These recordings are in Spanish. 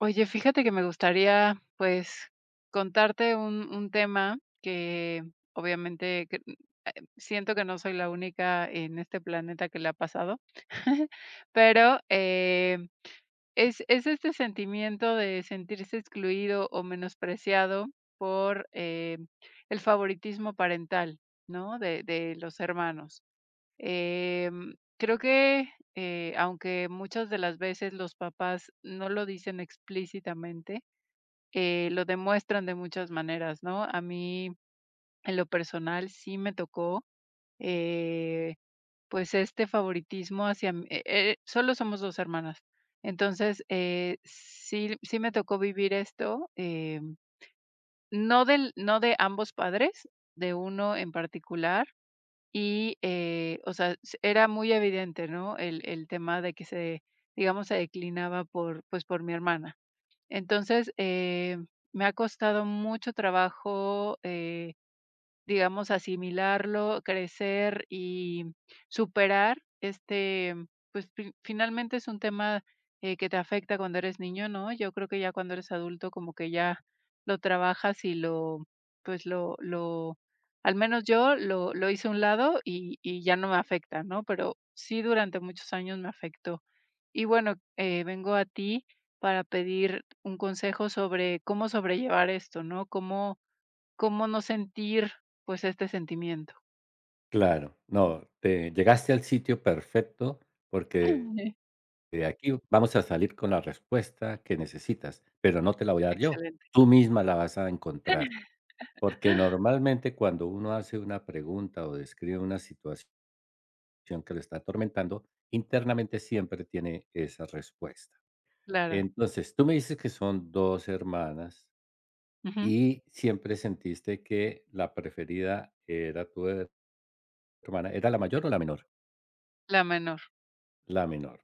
Oye, fíjate que me gustaría, pues, contarte un tema que obviamente eh, siento que no soy la única en este planeta que le ha pasado, pero es este sentimiento de sentirse excluido o menospreciado por el favoritismo parental, ¿no? De los hermanos. Creo que, aunque muchas de las veces los papás no lo dicen explícitamente, lo demuestran de muchas maneras, ¿no? A mí, en lo personal, sí me tocó, eh, pues, este favoritismo. Hacia m Solo somos 2 hermanas. Entonces, sí, sí me tocó vivir esto, no de ambos padres, de uno en particular, y, o sea, s era muy evidente, ¿no? El tema de que se, digamos, se declinaba por, pues, por mi hermana. Entonces, me ha costado mucho trabajo, digamos, asimilarlo, crecer y superar este, pues, fi finalmente es un tema, que te afecta cuando eres niño, ¿no? Yo creo que ya cuando eres adulto, como que ya lo trabajas y lo, pues, lo al menos yo lo hice a un lado y ya no me afecta, ¿no? Pero sí, durante muchos años me afectó. Y bueno, vengo a ti para pedir un consejo sobre cómo sobrellevar esto, ¿no? Cómo no sentir, pues, este sentimiento. Claro, no, te llegaste al sitio perfecto porque de aquí vamos a salir con la respuesta que necesitas, pero no te la voy a dar yo, Excelente. tú misma la vas a encontrar, porque normalmente cuando uno hace una pregunta o describe una situación que lo está atormentando, internamente siempre tiene esa respuesta. Claro. Entonces, tú me dices que son dos hermanas Ujú. y siempre sentiste que la preferida era tu hermana, ¿era la mayor o la menor? La menor. La menor.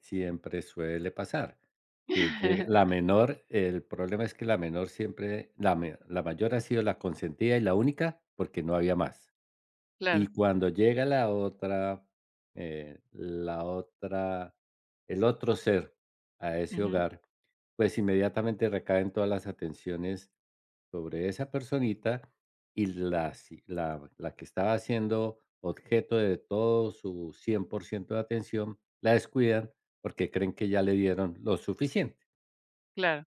Siempre suele pasar que llegue la menor, el problema es que la menor siempre la mayor ha sido la consentida y la única, porque no había más. Y Claro. cuando llega la otra, el otro ser a ese Ujú. hogar, pues inmediatamente recaen todas las atenciones sobre esa personita y la, si- la que estaba siendo objeto de todo su 100% de atención, la descuidan porque creen que ya le dieron lo suficiente. Claro,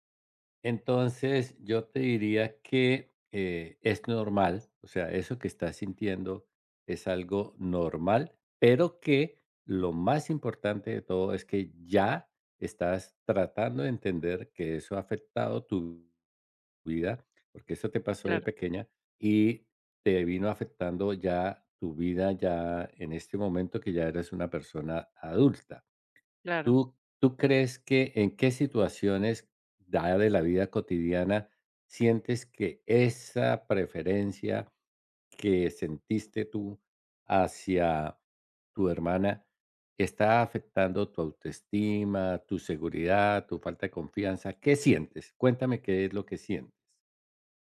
Entonces, yo te diría que, es normal, o sea, eso que estás sintiendo es algo normal, pero que lo más importante de todo es que ya estás tratando de entender que eso ha afectado tu vida, porque eso te pasó de claro, pequeña y te vino afectando ya tu vida ya en este momento que ya eres una persona adulta. claro. ¿Tú crees que en qué situaciones, dada de la vida cotidiana, sientes que esa preferencia que sentiste tú hacia tu hermana está afectando tu autoestima, tu seguridad, tu falta de confianza? ¿Qué sientes? Cuéntame qué es lo que sientes.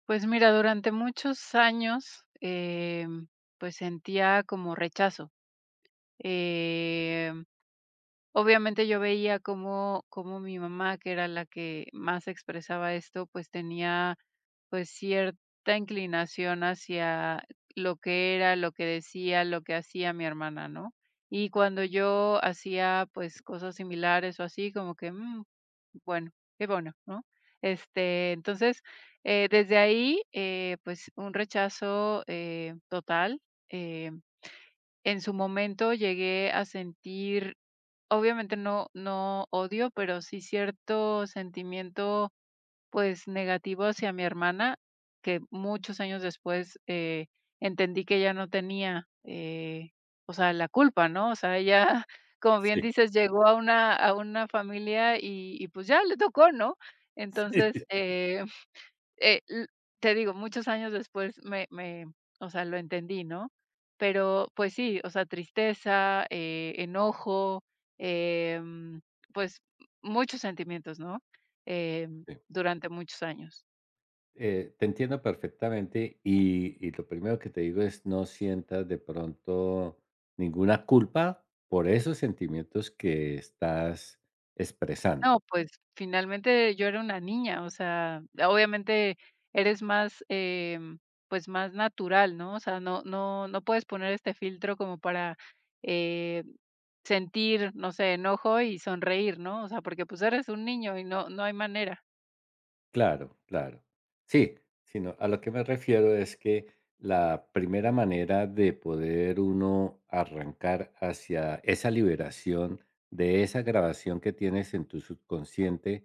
Pues mira, durante muchos años, pues, sentía como rechazo. Em Obviamente yo veía cómo mi mamá, que era la que más expresaba esto, pues tenía, pues, cierta inclinación hacia lo que era, lo que decía, lo que hacía mi hermana, ¿no? Y cuando yo hacía, pues, cosas similares o así, como que, bueno, qué bueno, ¿no? Este, entonces, desde ahí, pues, un rechazo, total. Eh, en su momento llegué a sentir. Obviamente, no, no odio, pero sí cierto sentimiento, pues, negativo hacia mi hermana, que muchos años después, entendí que ella no tenía, o sea, la culpa, ¿no? O sea, ella, como bien Sí. dices, llegó a una familia pues, ya le tocó, ¿no? Entonces, l te digo, muchos años después o sea, lo entendí, ¿no? Pero, pues sí, o sea, tristeza, enojo, em, pues, muchos sentimientos, ¿no? Em, Sí. durante muchos años. Te entiendo perfectamente y lo primero que te digo es no sientas de pronto ninguna culpa por esos sentimientos que estás expresando. No, pues, finalmente yo era una niña, o sea, obviamente eres más, pues, más natural, ¿no? O sea, no puedes poner este filtro como para, eh, sentir, no sé, enojo y sonreír, ¿no? O sea, porque, pues, eres un niño y no hay manera. Claro, claro. Sí, sino a lo que me refiero es que la primera manera de poder uno arrancar hacia esa liberación de esa grabación que tienes en tu subconsciente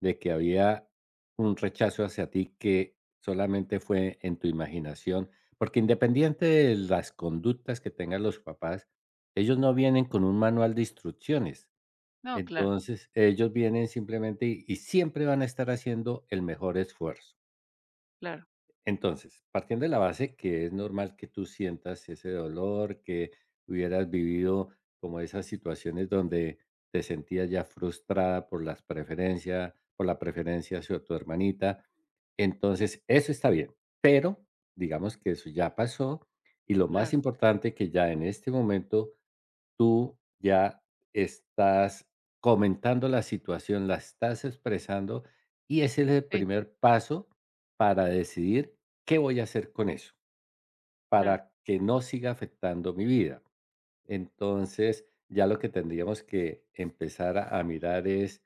de que había un rechazo hacia ti que solamente fue en tu imaginación, porque independiente de las conductas que tengan los papás, ellos no vienen con un manual de instrucciones, No, claro, entonces, ellos vienen simplemente y siempre van a estar haciendo el mejor esfuerzo. claro, Entonces, partiendo de la base que es normal que tú sientas ese dolor, que hubieras vivido como esas situaciones donde te sentías ya frustrada por las preferencias, por la preferencia hacia tu hermanita. Entonces, eso está bien, pero digamos que eso ya pasó y lo más claro, importante que ya en este momento tú ya estás comentando la situación, la estás expresando y ese es el sí, primer paso para decidir qué voy a hacer con eso, claro. para que no siga afectando mi vida. Entonces, ya lo que tendríamos que empezar a mirar es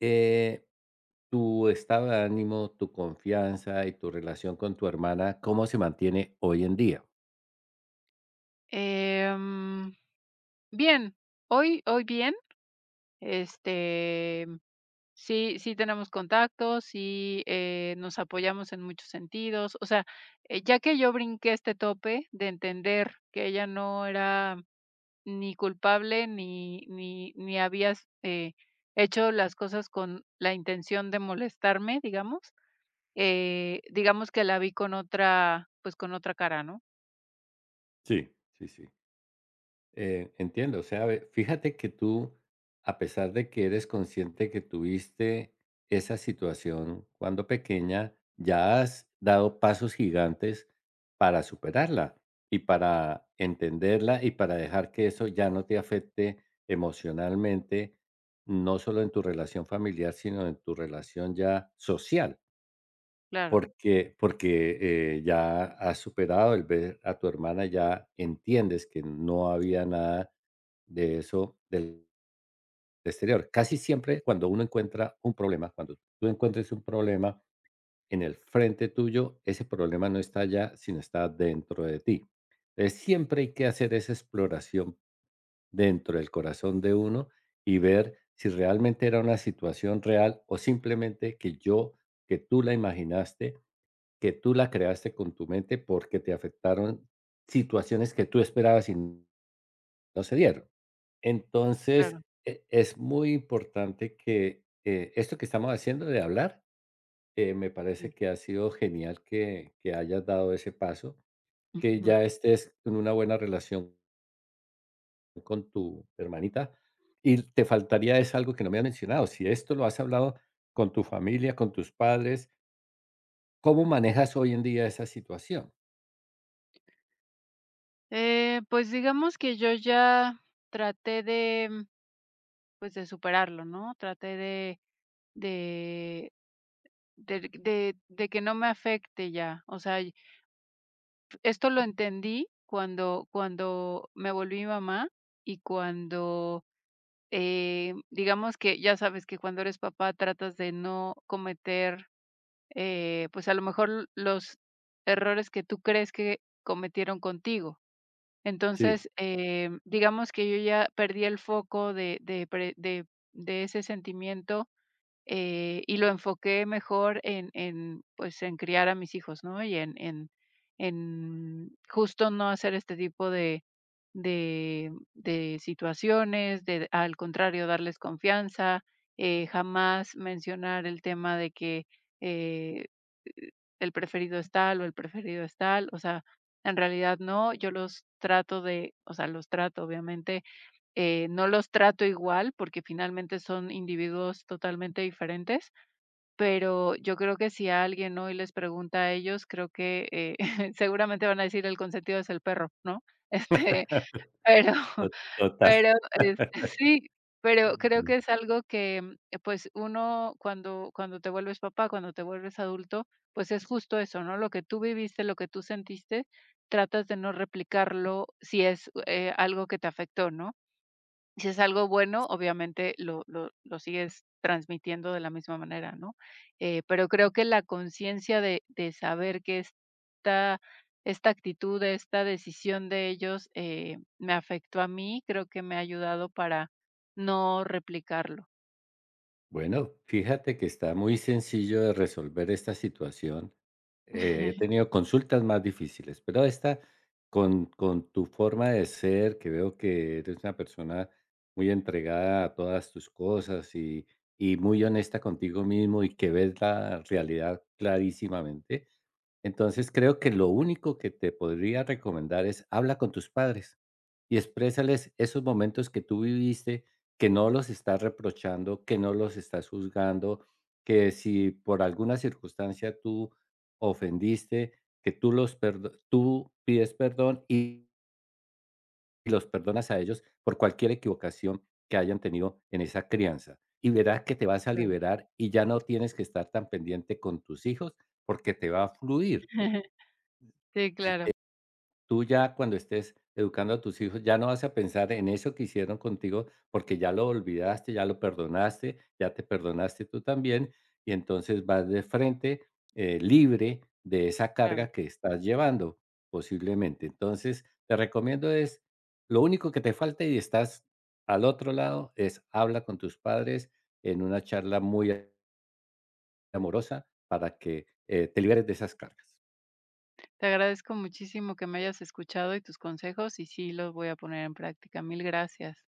eh, tu estado de ánimo, tu confianza y tu relación con tu hermana, cómo se mantiene hoy en día. Em, bien, hoy bien, este, sí, sí tenemos contacto, sí, nos apoyamos en muchos sentidos. O sea, ya que yo brinqué este tope de entender que ella no era ni culpable ni había eh, hecho las cosas con la intención de molestarme, digamos que la vi con otra, pues, con otra cara, ¿no? Sí, sí, sí. Entiendo, o sea, ve, fíjate que tú, a pesar de que eres consciente que tuviste esa situación cuando pequeña, ya has dado pasos gigantes para superarla y para entenderla y para dejar que eso ya no te afecte emocionalmente, no solo en tu relación familiar, sino en tu relación ya social. Claro, Porque ya has superado el ver a tu hermana, ya entiendes que no había nada de eso del exterior. Casi siempre cuando uno encuentra un problema, cuando tú encuentres un problema en el frente tuyo, ese problema no está allá, sino está dentro de ti. Entonces, siempre hay que hacer esa exploración dentro del corazón de uno y ver si realmente era una situación real o simplemente que tú la imaginaste, que tú la creaste con tu mente porque te afectaron situaciones que tú esperabas y no se dieron. Entonces, claro, es muy importante que esto que estamos haciendo de hablar, me parece sí. que ha sido genial que hayas dado ese paso, que Ujú. ya estés en una buena relación con tu hermanita. Y te faltaría es algo que no me has mencionado. Si esto lo has hablado con tu familia, con tus padres, ¿cómo manejas hoy en día esa situación? Pues, digamos que yo ya traté de, pues, de superarlo, ¿no? Traté de del de que no me afecte ya. O sea, y esto lo entendí cuando me volví mamá, y cuando, digamos, que ya sabes que cuando eres papá tratas de no cometer, pues, a lo mejor los errores que tú crees que cometieron contigo. Sí, Entonces, digamos que yo ya perdí el foco de pre de ese sentimiento. Y lo enfoqué mejor en criar a mis hijos, ¿no? Y en justo no hacer este tipo de situaciones, de, al contrario, darles confianza, jamás mencionar el tema de que, eh, el preferido es tal o el preferido es tal. O sea, en realidad no, yo los trato de, o sea, los trato, obviamente, no los trato igual porque finalmente son individuos totalmente diferentes. Pero yo creo que si alguien hoy les pregunta a ellos, creo que, seguramente van a decir: "El consentido es el perro", ¿no? Este, pero to- total. pero, este, sí, pero creo Mm. que es algo que, pues, uno cuando te vuelves papá, cuando te vuelves adulto, pues, es justo eso, ¿no? Lo que tú viviste, lo que tú sentiste, tratas de no replicarlo si es, algo que te afectó, ¿no? Si es algo bueno, obviamente lo sigues transmitiendo de la misma manera, ¿no? Pero creo que la conciencia de saber que esta actitud, esta decisión de ellos, me afectó a mí, creo que me ha ayudado para no replicarlo. Bueno, fíjate que está muy sencillo de resolver esta situación. He tenido consultas más difíciles, pero esta, con tu forma de ser, que veo que eres una persona muy entregada a todas tus cosas y muy honesta contigo mismo y que ves la realidad clarísimamente, entonces creo que lo único que te podría recomendar es habla con tus padres, y exprésales esos momentos que tú viviste, que no los estás reprochando, que no los estás juzgando, que si por alguna circunstancia tú ofendiste, que tú pides perdón y los perdonas a ellos por cualquier equivocación que hayan tenido en esa crianza. Y verás que te vas a Claro. liberar y ya no tienes que estar tan pendiente con tus hijos porque te va a fluir. Sí, Si, claro, tú ya cuando estés educando a tus hijos, ya no vas a pensar en eso que hicieron contigo, porque ya lo olvidaste, ya lo perdonaste, ya te perdonaste tú también, y entonces vas de frente, libre de esa claro. carga que estás llevando, posiblemente. Entonces, te recomiendo es, lo único que te falta y estás al otro lado, es habla con tus padres en una charla muy amorosa para que te liberes de esas cargas. Te agradezco muchísimo que me hayas escuchado, y tus consejos, y sí los voy a poner en práctica. Mil gracias.